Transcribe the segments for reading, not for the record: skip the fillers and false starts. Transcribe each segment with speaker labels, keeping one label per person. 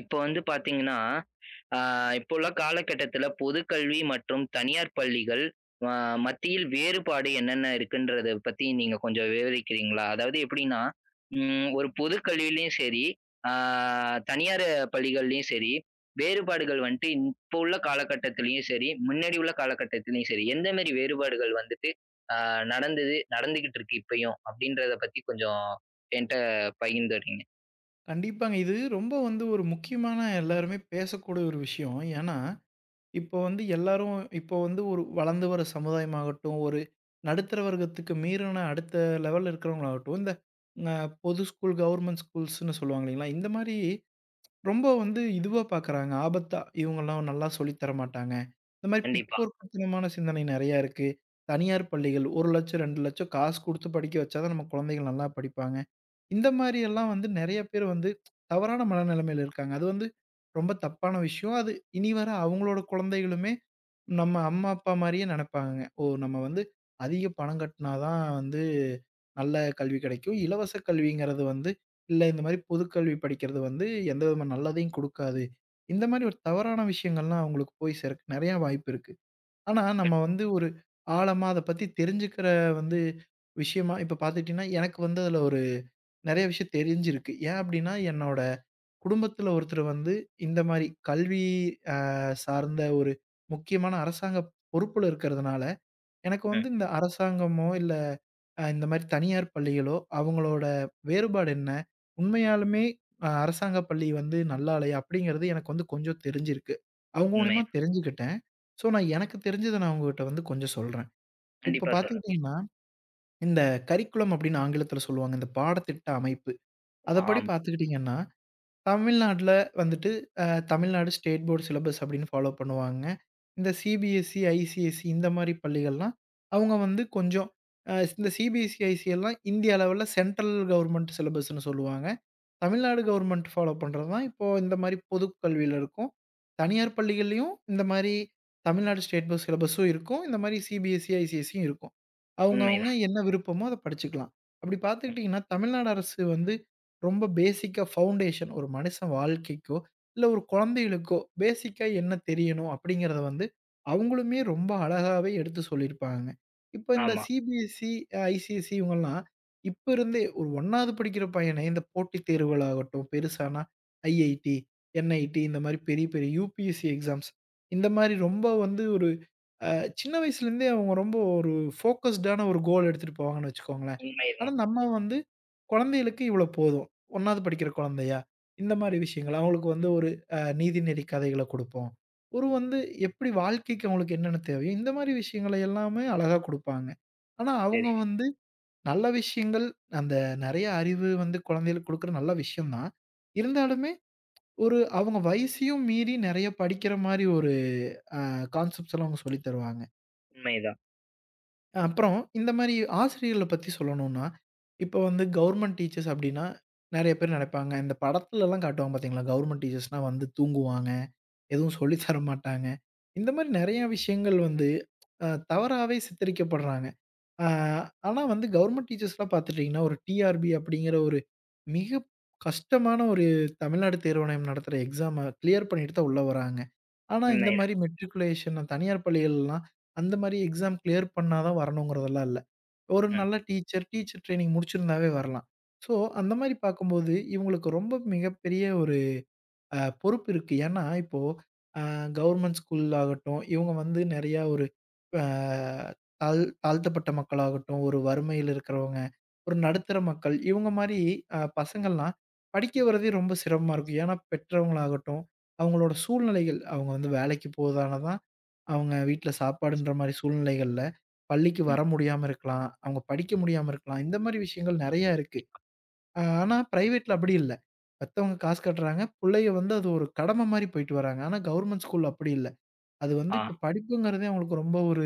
Speaker 1: இப்போ வந்து பார்த்தீங்கன்னா, அ இப்போ உள்ள காலகட்டத்தில பொதுக்கல்வி மற்றும் தனியார் பள்ளிகள் அ மத்தியில் வேறுபாடு என்னென்ன இருக்குன்றத பத்தி நீங்க கொஞ்சம் விவரிக்கிறீங்களா? அதாவது எப்படின்னா, ஒரு பொது கல்வியிலயும் சரி, அ தனியார் பள்ளிகள்லயும் சரி, வேறுபாடுகள் வந்துட்டு இப்போ உள்ள காலகட்டத்திலயும் சரி, முன்னாடி உள்ள காலகட்டத்திலயும் சரி, எந்த மாரி வேறுபாடுகள் வந்துட்டு அ நடந்தது, நடந்துகிட்டு இருக்கு இப்பயும் அப்படின்றத பத்தி கொஞ்சம் என்ட்ட பகிர்ந்துறீங்க.
Speaker 2: கண்டிப்பாங்க. இது ரொம்ப வந்து ஒரு முக்கியமான எல்லாருமே பேசக்கூடிய ஒரு விஷயம். ஏன்னா, இப்போ வந்து எல்லாரும் இப்போ வந்து ஒரு வளர்ந்து வர சமுதாயமாகட்டும், ஒரு நடுத்தர வர்க்கத்துக்கு மீறின அடுத்த லெவல்ல இருக்கிறவங்களாகட்டும், இந்த அ பொது ஸ்கூல், கவர்மெண்ட் ஸ்கூல்ஸ்ன்னு சொல்லுவாங்க இல்லைங்களா? இந்த மாரி ரொம்ப வந்து இதுவா பார்க்குறாங்க. ஆபத்தா இவங்கலாம் நல்லா சொல்லி தர மாட்டாங்க. இந்த மாரி
Speaker 1: கண்டிப்பா.
Speaker 2: பிற்போக்குத்தனமான சிந்தனை நெறையா இருக்கு. தனியார் பள்ளிகள் 1,00,000 2,00,000 காசு குடுத்து படிக்க வச்சா தான் நம்ம குழந்தைகள் நல்லா படிப்பாங்க. இந்த மாரி எல்லாம் வந்து நெறைய பேர் வந்து தவறான மனநிலைமையில இருக்காங்க. அது வந்து ரொம்ப தப்பான விஷயம். அது இனி வர அவங்களோட குழந்தைகளுமே நம்ம அம்மா, அப்பா மாரியே நெனைப்பாங்கங்க. ஓ! நம்ம வந்து அதிக பணம் கட்டினா தான் வந்து நல்ல கல்வி கிடைக்கும். இலவச கல்விங்கிறது வந்து இல்ல இந்த மாரி பொதுக்கல்வி படிக்கிறது வந்து எந்த விதமான நல்லதையும் குடுக்காது. இந்த மாரி ஒரு தவறான விஷயங்கள்லாம் அவங்களுக்கு போய் சேர நெறையா வாய்ப்பு இருக்கு. ஆனா நம்ம வந்து ஒரு ஆழமா அத பத்தி தெரிஞ்சுக்கிற வந்து விஷயமா இப்ப பார்த்துக்கிட்டீங்கன்னா, எனக்கு வந்து அதுல ஒரு நெறைய விஷயம் தெரிஞ்சிருக்கு. ஏன் அப்டின்னா, என்னோட குடும்பத்துல ஒருத்தர் வந்து இந்த மாரி கல்வி அ சார்ந்த ஒரு முக்கியமான அரசாங்க பொறுப்புல இருக்கிறதுனால, எனக்கு
Speaker 1: ம்.
Speaker 2: வந்து இந்த அரசாங்கமோ, இல்ல இந்த மாரி தனியார் பள்ளிகளோ, அவங்களோட வேறுபாடு என்ன? உண்மையாலுமே அரசாங்க பள்ளி வந்து நல்லாலையா? அப்டிங்கிறது எனக்கு வந்து கொஞ்சம் தெரிஞ்சிருக்கு. அவங்க மூலியமா
Speaker 1: உண்மைதான்.
Speaker 2: தெரிஞ்சுக்கிட்டேன். ஸோ, நான் எனக்கு தெரிஞ்சத நான் உங்ககிட்ட வந்து கொஞ்சம் சொல்றேன். இப்போ
Speaker 1: கண்டிப்பா சொல்.
Speaker 2: பார்த்துக்கிட்டீங்கன்னா, இந்த கரிக்குலம் அப்டின்னு ஆங்கிலத்துல சொல்லுவாங்க. இந்த பாடத்திட்ட அமைப்பு. அதப்படி
Speaker 1: ஆம்.
Speaker 2: பார்த்துக்கிட்டீங்கன்னா தமிழ்நாட்ல வந்துட்டு அ தமிழ்நாடு ஸ்டேட் போர்ட் சிலபஸ் அப்படின்னு ஃபாலோ பண்ணுவாங்க. இந்த சிபிஎஸ்இ, ஐசிஎஸ்இ இந்த மாரி பள்ளிகள்லாம், அவங்க வந்து கொஞ்சம் இந்த சிபிஎஸ்இ, ஐசிஎல்லாம் இந்திய அளவுல சென்ட்ரல் கவர்ன்மென்ட் சிலபஸ்ன்னு சொல்லுவாங்க. தமிழ்நாடு கவர்மெண்ட் ஃபாலோ பண்றது தான், இப்போ இந்த மாரி பொதுக் கல்வியில இருக்கும். தனியார் பள்ளிகள்லயும் இந்த மாரி தமிழ்நாடு ஸ்டேட் போர்ட் சிலபஸும் இருக்கும். இந்த மாரி சிபிஎஸ்இ, ஐசிஎஸ்இயும் இருக்கும். அவங்கவங்க
Speaker 1: உண்மைதான்.
Speaker 2: என்ன விருப்பமோ அத படிச்சுக்கலாம். அப்படி பார்த்துக்கிட்டிங்கன்னா, தமிழ்நாடு அரசு வந்து ரொம்ப பேசிக்கா ஃபவுண்டேஷன் ஒரு மனுஷன் வாழ்க்கைக்கோ, இல்ல ஒரு குழந்தைகளுக்கோ பேசிக்கா என்ன தெரியணும் அப்படிங்கிறத வந்து அவங்களுமே ரொம்ப அழகாவே எடுத்து சொல்லியிருப்பாங்கங்க. இப்போ இந்த
Speaker 1: ஆமா.
Speaker 2: சிபிஎஸ்இ, ஐசிஎஸ்இ இவங்கலாம் இப்ப இருந்தே ஒரு 1வது படிக்கிற பையனே இந்த போட்டித் தேர்வுகள் ஆகட்டும், பெருசானா ஐஐடி, என்ஐடி இந்த மாரி பெரிய, பெரிய யுபிஎஸ்சி எக்ஸாம்ஸ் இந்த மாரி ரொம்ப வந்து ஒரு அ சின்ன வயசுலேருந்தே அவங்க ரொம்ப ஒரு ஃபோக்கஸ்டான ஒரு கோல் எடுத்துட்டு போவாங்கன்னு வச்சுக்கோங்களேன். ஆனா
Speaker 1: உண்மைதான்.
Speaker 2: நம்ம வந்து குழந்தைகளுக்கு இவ்வளோ போதும். 1வது படிக்கிற குழந்தையா? இந்த மாரி விஷயங்கள். அவங்களுக்கு வந்து ஒரு நீதிநெறி கதைகள குடுப்போம். ஒரு வந்து எப்படி வாழ்க்கைக்கு அவங்களுக்கு என்னென்ன தேவையோ, இந்த மாரி விஷயங்கள எல்லாமே அழகா குடுப்பாங்க. ஆனா அவங்க
Speaker 1: சரி.
Speaker 2: வந்து நல்ல விஷயங்கள், அந்த நெறைய அறிவு வந்து குழந்தைகளுக்கு குடுக்குற நல்ல விஷயம் தான். இருந்தாலுமே, ஒரு அவங்க வயசையும் மீறி நெறைய படிக்கிற மாரி ஒரு அ கான்செப்ட்ஸ் எல்லாம் அவங்க சொல்லி தருவாங்க.
Speaker 1: உண்மைதான்.
Speaker 2: அப்புறம் இந்த மாரி ஆசிரியர்கள பத்தி சொல்லணும்னா, இப்போ வந்து கவர்ன்மெண்ட் டீச்சர்ஸ் அப்டின்னா, நெறைய பேர் நெனைப்பாங்க. இந்த படத்துலலாம் காட்டுவாங்க பார்த்தீங்களா? கவர்ன்மெண்ட் டீச்சர்ஸ்னா வந்து தூங்குவாங்க, எதுவும்
Speaker 1: ம்.
Speaker 2: சொல்லி தர மாட்டாங்க. இந்த மாரி
Speaker 1: அ.
Speaker 2: நெறைய விஷயங்கள் வந்து தவறாவே சித்தரிக்கப்படுறாங்க. ஆ, ஆனா வந்து கவர்மெண்ட் டீச்சர்ஸ்லாம் பார்த்துட்டீங்கன்னா, ஒரு டிஆர்பி அப்படிங்கிற ஒரு மிக கஷ்டமான ஒரு தமிழ்நாடு தேர்வாணையம் நடத்துற எக்ஸாம கிளியர் பண்ணிட்டு தான் உள்ள வராங்க. ஆனா இந்த
Speaker 1: உண்மைதான்.
Speaker 2: மாரி மெட்ரிகுலேஷன் தனியார் பள்ளிகள்லாம் அந்த மாரி எக்ஸாம் கிளியர் பண்ணா தான் வரணுங்கிறதெல்லாம் இல்ல. ஒரு
Speaker 1: ம்.
Speaker 2: நல்ல டீச்சர், டீச்சர் ட்ரெய்னிங் முடிச்சிருந்தாவே வரலாம். ஸோ அந்த மாரி பார்க்கும்போது, இவங்களுக்கு ரொம்ப மிகப்பெரிய ஒரு பொறுப்பு இருக்கு. ஏன்னா, இப்போ அ கவர்மெண்ட் ஸ்கூல் ஆகட்டும், இவங்க வந்து நெறையா ஒரு அ தாழ் தாழ்த்தப்பட்ட மக்களாகட்டும், ஒரு வறுமையில இருக்கிறவங்க, ஒரு நடுத்தர மக்கள், இவங்க மாரி பசங்கள்லாம் படிக்க வரதே ரொம்ப சிரமமா இருக்கும். ஏன்னா, பெற்றவங்களாகட்டும், அவங்களோட சூழ்நிலைகள் அவங்க வந்து வேலைக்கு போறதால தான், அவங்க வீட்ல சாப்பாடுன்ற மாரி சூழ்நிலைகள்ல பள்ளிக்கு
Speaker 1: ம்.
Speaker 2: வர முடியாம இருக்கலாம். அவங்க படிக்க முடியாம இருக்கலாம். இந்த மாரி விஷயங்கள் நெறையா இருக்கு. ஆனா பிரைவேட்ல அப்படி இல்ல. பெத்தவங்க காசு கட்டுறாங்க. புள்ளைய வந்து அது ஒரு கடமை மாரி போயிட்டு வராங்க. ஆனா கவர்மெண்ட் ஸ்கூல்ல அப்படி இல்ல. அது வந்து
Speaker 1: ஆ.
Speaker 2: இப்ப படிப்புங்கிறதே அவங்களுக்கு ரொம்ப ஒரு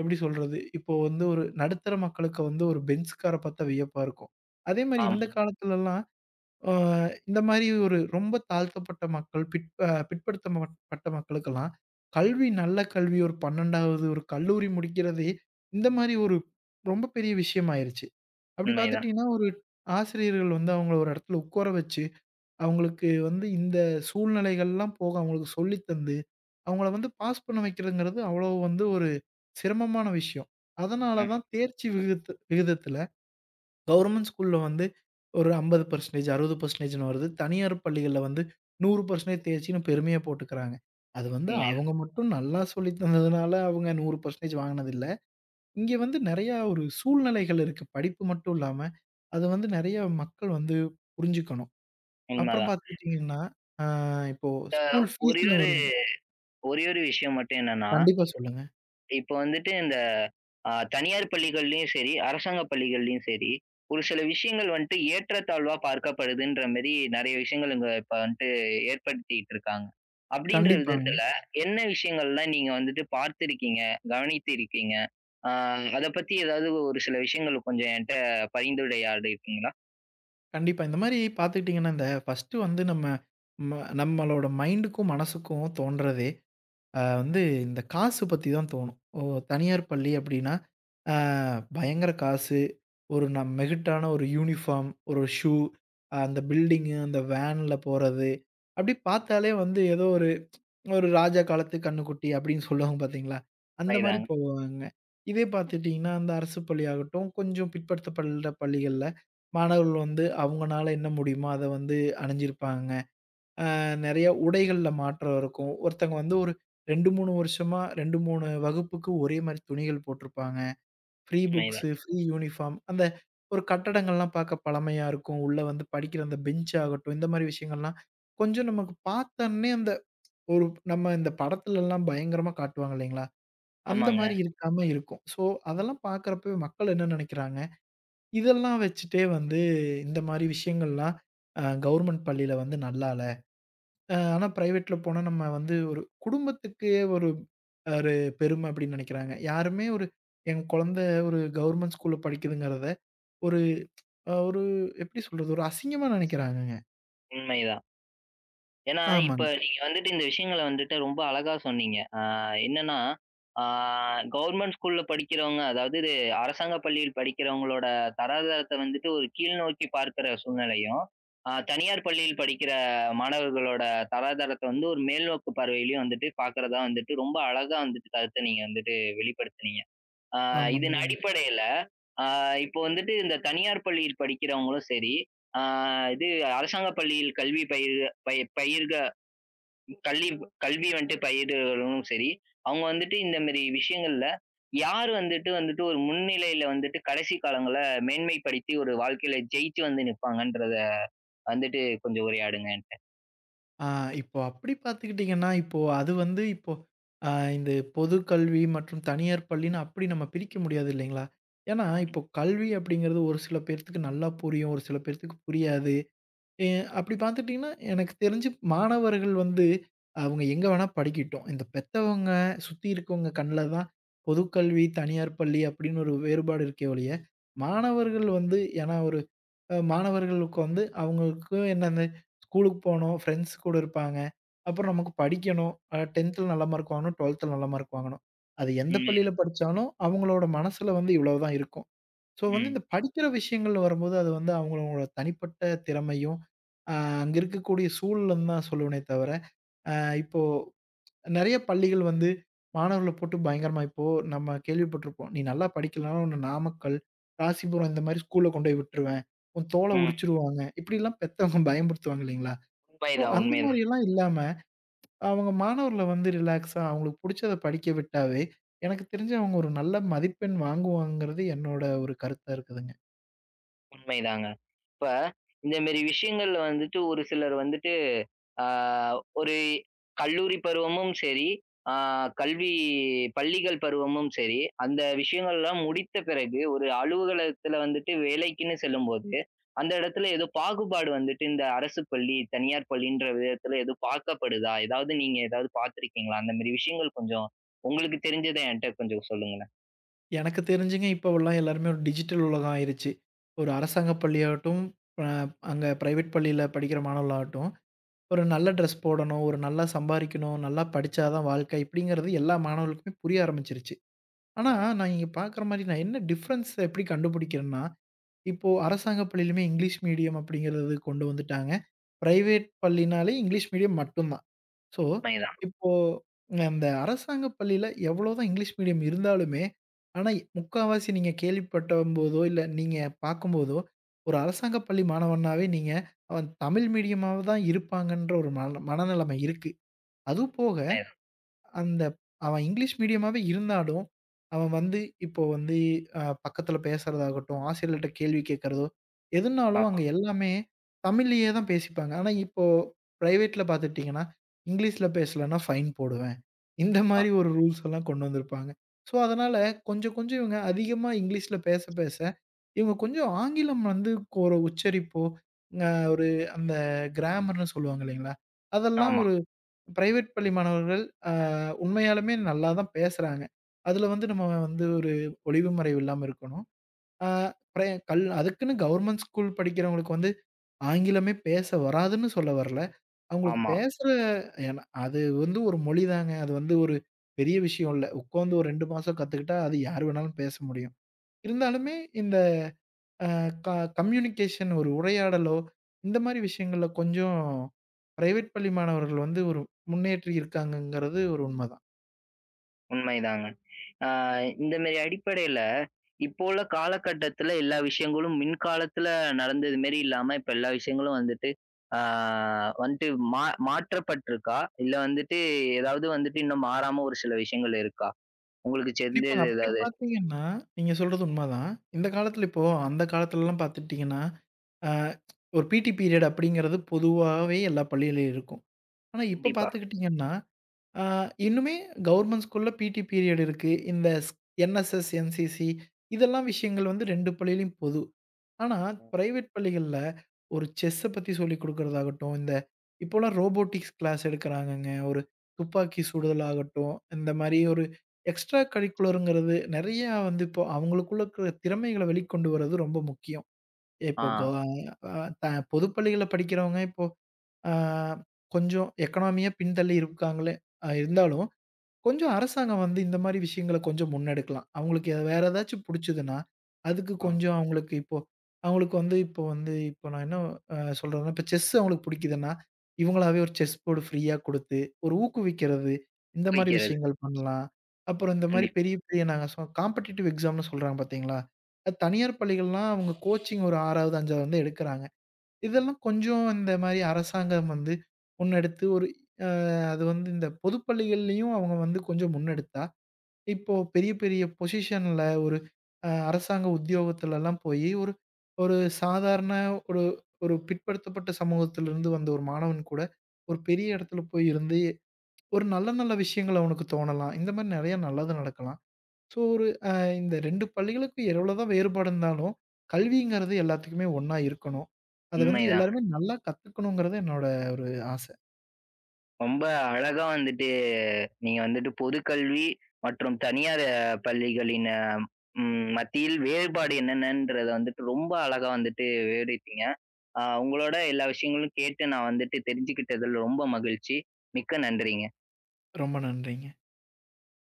Speaker 2: எப்படி சொல்றது? இப்போ வந்து ஒரு நடுத்தர மக்களுக்கு வந்து ஒரு பெஞ்ச்கார பாத்தா வியப்பா இருக்கும். அதே மாரி
Speaker 1: ஆமா.
Speaker 2: இந்த காலத்துலலாம் அ இந்த மாரி ஒரு ரொம்ப தாழ்த்தப்பட்ட மக்கள், பிற்படுத்தப்பட்ட மக்களுக்கெல்லாம் கல்வி நல்ல கல்வி ஒரு 12வது ஒரு கல்லூரி முடிக்கிறதே இந்த மாரி ஒரு ரொம்ப பெரிய விஷயம் ஆயிருச்சு. அப்படி
Speaker 1: உண்மைதான்.
Speaker 2: பார்த்துட்டீங்கன்னா, ஒரு ஆசிரியர்கள் வந்து அவங்கள ஒரு இடத்துல உட்கார வச்சு, அவங்களுக்கு வந்து இந்த சூழ்நிலைகள்லாம் போக அவங்களுக்கு சொல்லி தந்து, அவங்கள வந்து பாஸ் பண்ண வைக்கிறதுங்கிறது அவ்வளோ வந்து ஒரு சிரமமான விஷயம். அதனால
Speaker 1: ம்.
Speaker 2: தான் தேர்ச்சி விகிதத்தில கவர்மெண்ட் ஸ்கூல்ல வந்து ஒரு 50% 60%ன்னு வருது. தனியார் பள்ளிகள்ல வந்து 100% தேர்ச்சின்னு பெருமையா போட்டுக்கிறாங்க. அது வந்து
Speaker 1: உண்மைதான்.
Speaker 2: அவங்க மட்டும் நல்லா சொல்லி தந்ததுனால அவங்க 100% வாங்கினதில்ல. இங்க வந்து நெறையா ஒரு சூழ்நிலைகள் இருக்கு. படிப்பு மட்டும் இல்லாம, அத வந்து நெறைய மக்கள் வந்து புரிஞ்சுக்கணும். அப்புறம்
Speaker 1: உண்மதான்.
Speaker 2: பார்த்துக்கிட்டீங்கன்னா, ஆ இப்போ ஸ்கூல்
Speaker 1: ஒரே
Speaker 2: ஃபீஸ்ன்னு
Speaker 1: ஒரு
Speaker 2: வரும்.
Speaker 1: ஒரே ஒரு விஷயம் மட்டும் என்னன்னா,
Speaker 2: கண்டிப்பா சொல்லுங்க.
Speaker 1: இப்ப வந்துட்டு இந்த தனியார் பள்ளிகள்லயும் சரி, அரசாங்க பள்ளிகள்லயும் சரி, ஒரு சில விஷயங்கள் வந்துட்டு ஏற்றத்தாழ்வா பார்க்கப்படுதுன்ற மாரி நெறைய விஷயங்கள் இங்க இப்ப வந்துட்டு ஏற்படுத்திட்டு இருக்காங்க. அப்படின்ற
Speaker 2: கண்டிப்பாங்க.
Speaker 1: விதத்துல என்ன விஷயங்கள்லாம் நீங்க வந்துட்டு பார்த்திருக்கீங்க? கவனித்து இருக்கீங்க? ஆ அத பத்தி ஏதாவது ஒரு சில விஷயங்கள் கொஞ்சம் என்ட்ட பரிந்துரையாடிருக்கீங்களா?
Speaker 2: கண்டிப்பா. இந்த மாரி பார்த்துக்கிட்டீங்கன்னா, இந்த ஃபர்ஸ்ட்டு வந்து நம்ம நம்மளோட மைண்டுக்கும், மனசுக்கும் தோன்றதே வந்து இந்த காசு பத்தி தான் தோணும். ஓ! தனியார் பள்ளி அப்டின்னா, அ பயங்கர காசு. ஒரு மெகட்டான ஒரு யூனிஃபார்ம், ஒரு ஷூ, அந்த பில்டிங்கு, அந்த வேன்ல போறது. அப்டி பார்த்தாலே வந்து ஏதோ ஒரு, ஒரு ராஜா காலத்து கன்னுக்குட்டி அப்டின்னு சொல்லுவாங்க பார்த்தீங்களா? அந்த மாரி
Speaker 1: உண்மைதாங்க,
Speaker 2: போவாங்க. இதே பார்த்துட்டீங்கன்னா, அந்த அரசு பள்ளி ஆகட்டும், கொஞ்சம் பிற்படுத்தப்பட்ட பள்ளிகள்ல மாணவர்கள் வந்து அவங்கனால என்ன முடியுமோ அத வந்து அணிஞ்சிருப்பாங்க. நெறைய உடைகள்ல மாற்றம் இருக்கும். ஒருத்தங்க வந்து ஒரு 2, 3 வருஷமா 2, 3 வகுப்புக்கு ஒரே மாரி துணிகள் போட்டிருப்பாங்க. ஃப்ரீ புக்ஸு,
Speaker 1: உண்மைதான்.
Speaker 2: ஃப்ரீ யூனிஃபார்ம் அந்த ஒரு கட்டடங்கள்லாம் பார்க்க பழமையா இருக்கும். உள்ள வந்து படிக்கிற அந்த பெஞ்ச் ஆகட்டும், இந்த மாரி விஷயங்கள்லாம் கொஞ்சம் நமக்கு பார்த்தோன்னே அந்த ஒரு நம்ம இந்த படத்துலலாம் பயங்கரமா காட்டுவாங்க இல்லைங்களா? அந்த
Speaker 1: ஆமாங்க,
Speaker 2: மாரி இருக்காம இருக்கும். ஸோ, அதெல்லாம் பார்க்குறப்போ மக்கள் என்ன நெனைக்கிறாங்க? இதெல்லாம் வச்சுட்டே வந்து இந்த மாரி விஷயங்கள்லாம் கவர்மெண்ட் பள்ளியில வந்து நல்லா ஆனா பிரைவேட்ல போனா நம்ம வந்து ஒரு குடும்பத்துக்கே ஒரு ஒரு பெருமை அப்படின்னு நினைக்கிறாங்க. யாருமே ஒரு என் குழந்தை ஒரு கவர்மெண்ட் ஸ்கூல்ல படிக்குதுங்கிறத ஒரு ஒரு எப்படி சொல்றது? ஒரு அசிங்கமா நினைக்கிறாங்கங்க.
Speaker 1: உண்மைதான். ஏன்னா, இப்ப
Speaker 2: ஆமாங்க.
Speaker 1: நீங்க வந்துட்டு இந்த விஷயங்கள வந்துட்டு ரொம்ப அழகா சொன்னீங்க. என்னன்னா, ஆ கவர்ன்மென்ட் ஸ்கூல்ல படிக்கிறவங்க, அதாவது இது அரசாங்க பள்ளியில் படிக்கிறவங்களோட தராதரத்த வந்துட்டு ஒரு கீழ் நோக்கி பார்க்கிற சூழ்நிலையும், தனியார் பள்ளியில் படிக்கிற மாணவர்களோட தராதரத்த வந்து ஒரு மேல்நோக்கு பார்வையிலயும் வந்துட்டு பார்க்கிறதா வந்துட்டு ரொம்ப அழகா வந்துட்டு கருத்த நீங்க வந்துட்டு வெளிப்படுத்துனீங்க. ஆ இதன்
Speaker 2: ஆமாங்க.
Speaker 1: அடிப்படையில, ஆ இப்போ வந்துட்டு இந்த தனியார் பள்ளியில் படிக்கிறவங்களும் சரி, ஆ இது அரசாங்க பள்ளியில் கல்வி பயிர் பய பயிர்க கல்வி கல்வி வந்துட்டு பயில்றவர்களும் சரி, அவங்க வந்துட்டு இந்த மாரி விஷயங்கள்ல யார் வந்துட்டு வந்துட்டு ஒரு முன்னிலையில வந்துட்டு கடைசி காலங்கள்ல மேன்மைப்படுத்தி ஒரு வாழ்க்கையில ஜெயிச்சு வந்து நிப்பாங்கன்றத வந்துட்டு கொஞ்சம் உரையாடுங்க என்ட்ட.
Speaker 2: ஆ இப்போ அப்படி பார்த்துக்கிட்டீங்கன்னா, இப்போ அது வந்து இப்போ அ இந்த பொது கல்வி மற்றும் தனியார் பள்ளின்னு அப்படி நம்ம பிரிக்க முடியாது இல்லைங்களா? ஏன்னா
Speaker 1: ஆமா.
Speaker 2: இப்போ கல்வி அப்படிங்கிறது ஒரு சில பேர்த்துக்கு நல்லா புரியும். ஒரு சில பேர்த்துக்கு புரியாது. எ அப்படி பார்த்துட்டீங்கன்னா, எனக்கு தெரிஞ்சு மாணவர்கள் வந்து, அவங்க எங்க வேணா படிக்கட்டும். இந்த பெத்தவங்க, சுத்தி இருக்கவங்க கண்ல தான் பொது கல்வி, தனியார் பள்ளி அப்படின்னு ஒரு வேறுபாடு இருக்கே ஒழிய, மாணவர்கள் வந்து ஏன்னா ஒரு மாணவர்களுக்கு வந்து அவங்களுக்கு என்னது ஸ்கூலுக்கு போணும், ஃப்ரெண்ட்ஸ் கூட இருப்பாங்க. அப்புறம் நமக்கு படிக்கணும். 10த்ல நல்ல மார்க் வாங்கணும், 12த்ல நல்ல மார்க் வாங்கணும். அது எந்த பள்ளியில
Speaker 1: உண்மைதான்.
Speaker 2: படிச்சாலும் அவங்களோட மனசுல வந்து இவ்வளவு தான் இருக்கும். ஸோ வந்து
Speaker 1: ம்.
Speaker 2: இந்த படிக்கிற விஷயங்கள்ல வரும்போது, அது வந்து அவங்களோட தனிப்பட்ட திறமையும், அ அங்க இருக்கக்கூடிய சூழலும் தான் சொல்லுவனே தவிர, அ இப்போ நெறைய பள்ளிகள் வந்து மாணவர்கள போட்டு பயங்கரமா இப்போ நம்ம கேள்விப்பட்டிருப்போம். "நீ நல்லா படிக்கலனாலும் உன்ன நாமக்கல், ராசிபுரம் இந்த மாரி ஸ்கூல்ல கொண்டு போய் விட்டுருவேன். உன் தோல
Speaker 1: ம்.
Speaker 2: உரிச்சுருவாங்க." இப்படிலாம் பெத்தவங்க பயமுறுத்துவாங்க இல்லைங்களா? ஸோ
Speaker 1: உண்மைதான்,
Speaker 2: அந்த
Speaker 1: உண்மைதான்.
Speaker 2: மாரியெல்லாம் இல்லாம, அவங்க மாணவர்கள வந்து ரிலாக்ஸா அவங்களுக்கு புடிச்சத படிக்க விட்டாவே, எனக்கு தெரிஞ்சு அவங்க ஒரு நல்ல மதிப்பெண் வாங்குவாங்கங்கிறது என்னோட ஒரு கருத்தா இருக்குதுங்க.
Speaker 1: உண்மைதாங்க. இப்ப இந்த மாரி விஷயங்கள்ல வந்துட்டு ஒரு சிலர் வந்துட்டு ஆ ஒரு கல்லூரி பருவமும் சரி, ஆ கல்வி பள்ளிகள் பருவமும் சரி, அந்த விஷயங்கள்லாம் முடித்த பிறகு ஒரு அலுவலகத்துல வந்துட்டு வேலைக்குன்னு செல்லும்போது, அந்த இடத்துல ஏதோ பாகுபாடு வந்துட்டு இந்த அரசு பள்ளி, தனியார் பள்ளின்ற விதத்துல எதுவும் பார்க்கப்படுதா? ஏதாவது நீங்க ஏதாவது பார்த்துருக்கீங்களா? அந்த மாரி விஷயங்கள் கொஞ்சம் உங்களுக்கு தெரிஞ்சத என்ட்ட கொஞ்சம் சொல்லுங்களேன்.
Speaker 2: எனக்கு தெரிஞ்சுங்க இப்போவெல்லாம் எல்லாருமே ஒரு டிஜிட்டல் உலகம் ஆயிருச்சு. ஒரு அரசாங்க பள்ளியாகட்டும், அ அங்க பிரைவேட் பள்ளியில படிக்கிற மாணவர்களாகட்டும், ஒரு நல்ல ட்ரெஸ் போடணும், ஒரு நல்லா சம்பாரிக்கணும், நல்லா படிச்சா தான் வாழ்க்கை இப்படிங்கிறது எல்லா மாணவர்களுக்குமே புரிய ஆரம்பிச்சிருச்சு. ஆனா,
Speaker 1: ஆ.
Speaker 2: நான் இங்க பார்க்குற மாரி நான் என்ன டிஃப்ரென்ஸ் எப்படி கண்டுபிடிக்கிறேன்னா, இப்போ
Speaker 1: ம்.
Speaker 2: அரசாங்க பள்ளியிலுமே இங்கிலீஷ் மீடியம் அப்படிங்கிறது கொண்டு வந்துட்டாங்க. பிரைவேட் பள்ளினாலே இங்கிலீஷ் மீடியம் மட்டும் தான். ஸோ,
Speaker 1: உண்மைதான்.
Speaker 2: இப்போ அந்த அரசாங்க பள்ளியில எவ்வளோதான் இங்கிலீஷ் மீடியம் இருந்தாலுமே, ஆனா முக்காவாசி நீங்க கேள்விப்பட்டம்போதோ, இல்ல நீங்க பார்க்கும்போதோ, ஒரு அரசாங்க பள்ளி மாணவனாவே நீங்க அவன் தமிழ் மீடியமாவ தான் இருப்பாங்கன்ற ஒரு மனநிலைமை இருக்கு. அதுவும் போக
Speaker 1: உண்மைதான்,
Speaker 2: அந்த அவன் இங்கிலீஷ் மீடியமாவே இருந்தாலும், அவன் வந்து இப்போ வந்து பக்கத்துல பேசுறதாகட்டும், ஆசிரியர்கள்ட்ட கேள்வி கேட்கிறதோ, எதுனாலும் அங்க
Speaker 1: உண்மைதான்.
Speaker 2: எல்லாமே தமிழ்லயே தான் பேசிப்பாங்க. ஆனா இப்போ பிரைவேட்ல பார்த்துக்கிட்டீங்கன்னா, இங்கிலீஷ்ல பேசலன்னா ஃபைன் போடுவேன். இந்த
Speaker 1: ஆமா,
Speaker 2: மாரி
Speaker 1: ஆ,
Speaker 2: ஒரு ரூல்ஸ் எல்லாம் கொண்டு வந்திருப்பாங்க. ஸோ அதனால கொஞ்சம் கொஞ்சம் இவங்க அதிகமா இங்கிலீஷ்ல பேச பேச, இவங்க கொஞ்சம் ஆங்கிலம் வந்து ஒரு உச்சரிப்போ, ஒரு அந்த கிராமர்ன்னு சொல்லுவாங்க இல்லைங்களா? அதெல்லாம்
Speaker 1: ஆமா,
Speaker 2: ஒரு பிரைவேட் பள்ளி மாணவர்கள் அ உண்மையாலுமே நல்லா தான் பேசுறாங்க. அதுல வந்து நம்ம வந்து ஒரு ஒளிவு மறைவு இல்லாம இருக்கணும். ஆ பிரே கல் அதுக்குன்னு கவர்மெண்ட் ஸ்கூல் படிக்கிறவங்களுக்கு வந்து ஆங்கிலமே பேச வராதுன்னு சொல்ல வரல. அவங்களுக்கு
Speaker 1: ஆமா.
Speaker 2: பேசுற ஏன்னா அது வந்து ஒரு மொழிதாங்க. அது வந்து ஒரு பெரிய விஷயம் இல்ல. உட்காந்து ஒரு 2 மாசம் கத்துக்கிட்டா அது யார் வேணாலும் பேச முடியும். இருந்தாலுமே இந்த க கம்யூனிகேஷன் ஒரு உரையாடலோ, இந்த மாரி விஷயங்கள்ல கொஞ்சம் பிரைவேட் பள்ளி மாணவர்கள் வந்து ஒரு முன்னேறி இருக்காங்கங்கிறது ஒரு உண்மதான்.
Speaker 1: உண்மைதாங்க. ஆ இந்த மாரி அடிப்படையில, இப்போ உள்ள காலகட்டத்துல எல்லா விஷயங்களும் மின்காலத்துல நடந்தது மாரி இல்லாம, இப்ப எல்லா விஷயங்களும் வந்துட்டு, ஆ வந்துட்டு மா மாற்றப்பட்டிருக்கா? இல்ல வந்துட்டு ஏதாவது வந்துட்டு இன்னும் மாறாம ஒரு சில விஷயங்கள் இருக்கா? உங்களுக்கு
Speaker 2: கண்டிப்பாங்க.
Speaker 1: தெரிஞ்சது
Speaker 2: அப்படி
Speaker 1: ஏதாவது?
Speaker 2: பார்த்தீங்கன்னா, நீங்க சொல்றது உண்மதான். இந்த காலத்துல இப்போ அந்த காலத்துலலாம் பார்த்துட்டீங்கன்னா, அ ஒரு பிடி பீரியட் அப்படிங்கிறது பொதுவாவே எல்லா பள்ளியிலயும் இருக்கும். ஆனா இப்ப
Speaker 1: கண்டிப்பா.
Speaker 2: பார்த்துக்கிட்டீங்கன்னா, அ இன்னுமே கவர்மெண்ட் ஸ்கூல்ல பிடி பீரியட் இருக்கு. இந்த என்எஸ்எஸ், என்சிசி இதெல்லாம் விஷயங்கள் வந்து 2 பள்ளியிலயும் பொது. ஆனா, பிரைவேட் பள்ளிகள்ல ஒரு செஸ்ஸ பத்தி சொல்லிக் குடுக்கிறதாகட்டும், இந்த இப்போலாம் ரோபோட்டிக்ஸ் கிளாஸ் எடுக்கிறாங்கங்க. ஒரு துப்பாக்கி சுடுதல் ஆகட்டும், இந்த மாரி ஒரு எக்ஸ்ட்ரா கரிக்குலர்ங்கிறது நெறையா வந்து இப்போ அவங்களுக்குள்ள இருக்கிற திறமைகள வெளிக்கொண்டு வர்றது ரொம்ப முக்கியம். இப்போ க
Speaker 1: ஆ.
Speaker 2: அ த பொதுப்பள்ளிகள்ல படிக்கிறவங்க இப்போ அ கொஞ்சம் எக்கனாமியா பின்தள்ளி இருக்காங்களே! இருந்தாலும், கொஞ்சம் அரசாங்கம் வந்து இந்த மாரி விஷயங்கள கொஞ்சம் முன்னெடுக்கலாம். அவங்களுக்கு வேற ஏதாச்சும் புடிச்சதுன்னா, அதுக்கு
Speaker 1: ஆ.
Speaker 2: கொஞ்சம் அவங்களுக்கு இப்போ அவங்களுக்கு வந்து இப்போ வந்து இப்போ நான் என்ன சொல்றேன்னா, இப்போ செஸ் அவங்களுக்கு புடிக்குதுன்னா, இவங்களாவே ஒரு செஸ் போர்டு ஃப்ரீயா குடுத்து, ஒரு ஊக்குவிக்கிறது, இந்த மாரி
Speaker 1: வைக்கிறது.
Speaker 2: விஷயங்கள் பண்ணலாம். அப்புறம் இந்த மாரி
Speaker 1: கண்டிப்
Speaker 2: பெரிய பெரிய நாங்க காம்படிட்டிவ் எக்ஸாம்ன்னு சொல்றாங்க பார்த்தீங்களா? அது தனியார் பள்ளிகள்லாம் அவங்க கோச்சிங் ஒரு 6வது, 5வது வந்து எடுக்குறாங்க. இதெல்லாம் கொஞ்சம் இந்த மாரி அரசாங்கம் வந்து முன்னெடுத்து ஒரு அ அது வந்து இந்த பொது பள்ளிகள்லயும் அவங்க வந்து கொஞ்சம் முன்னெடுத்தா, இப்போ பெரிய பெரிய பொசிஷன்ல ஒரு அரசாங்க உத்தியோகத்துலலாம் போயி, ஒரு ஒரு சாதாரண ஒரு ஒரு பிற்படுத்தப்பட்ட சமூகத்திலிருந்து வந்த ஒரு மாணவன் கூட ஒரு பெரிய இடத்துல போய் இருந்து, ஒரு நல்ல நல்ல விஷயங்கள் அவனுக்கு தோணலாம். இந்த மாரி நெறைய நல்லது நடக்கலாம். ஸோ, ஒரு அ இந்த 2 பள்ளிகளுக்கும் எவ்வளோதான் வேறுபாடு இருந்தாலும், கல்விங்கிறது எல்லாத்துக்குமே ஒண்ணா இருக்கணும். அத வந்து
Speaker 1: உண்மைதாங்க.
Speaker 2: எல்லாருமே நல்லா கத்துக்கணுங்கிறது என்னோட ஒரு ஆசை.
Speaker 1: ரொம்ப அழகா வந்துட்டு, நீங்க வந்துட்டு பொதுக்கல்வி மற்றும் தனியார் பள்ளிகளின் அ ம் மத்தியில் வேறுபாடு என்னென்னன்றத வந்துட்டு ரொம்ப அழகா வந்துட்டு விவரித்தீங்க. உங்களோட எல்லா விஷயங்களும் கேட்டு நான் வந்துட்டு தெரிஞ்சுக்கிட்டதில ரொம்ப மகிழ்ச்சி. மிக்க நன்றிங்க.
Speaker 2: ரொம்ப நன்றிங்க.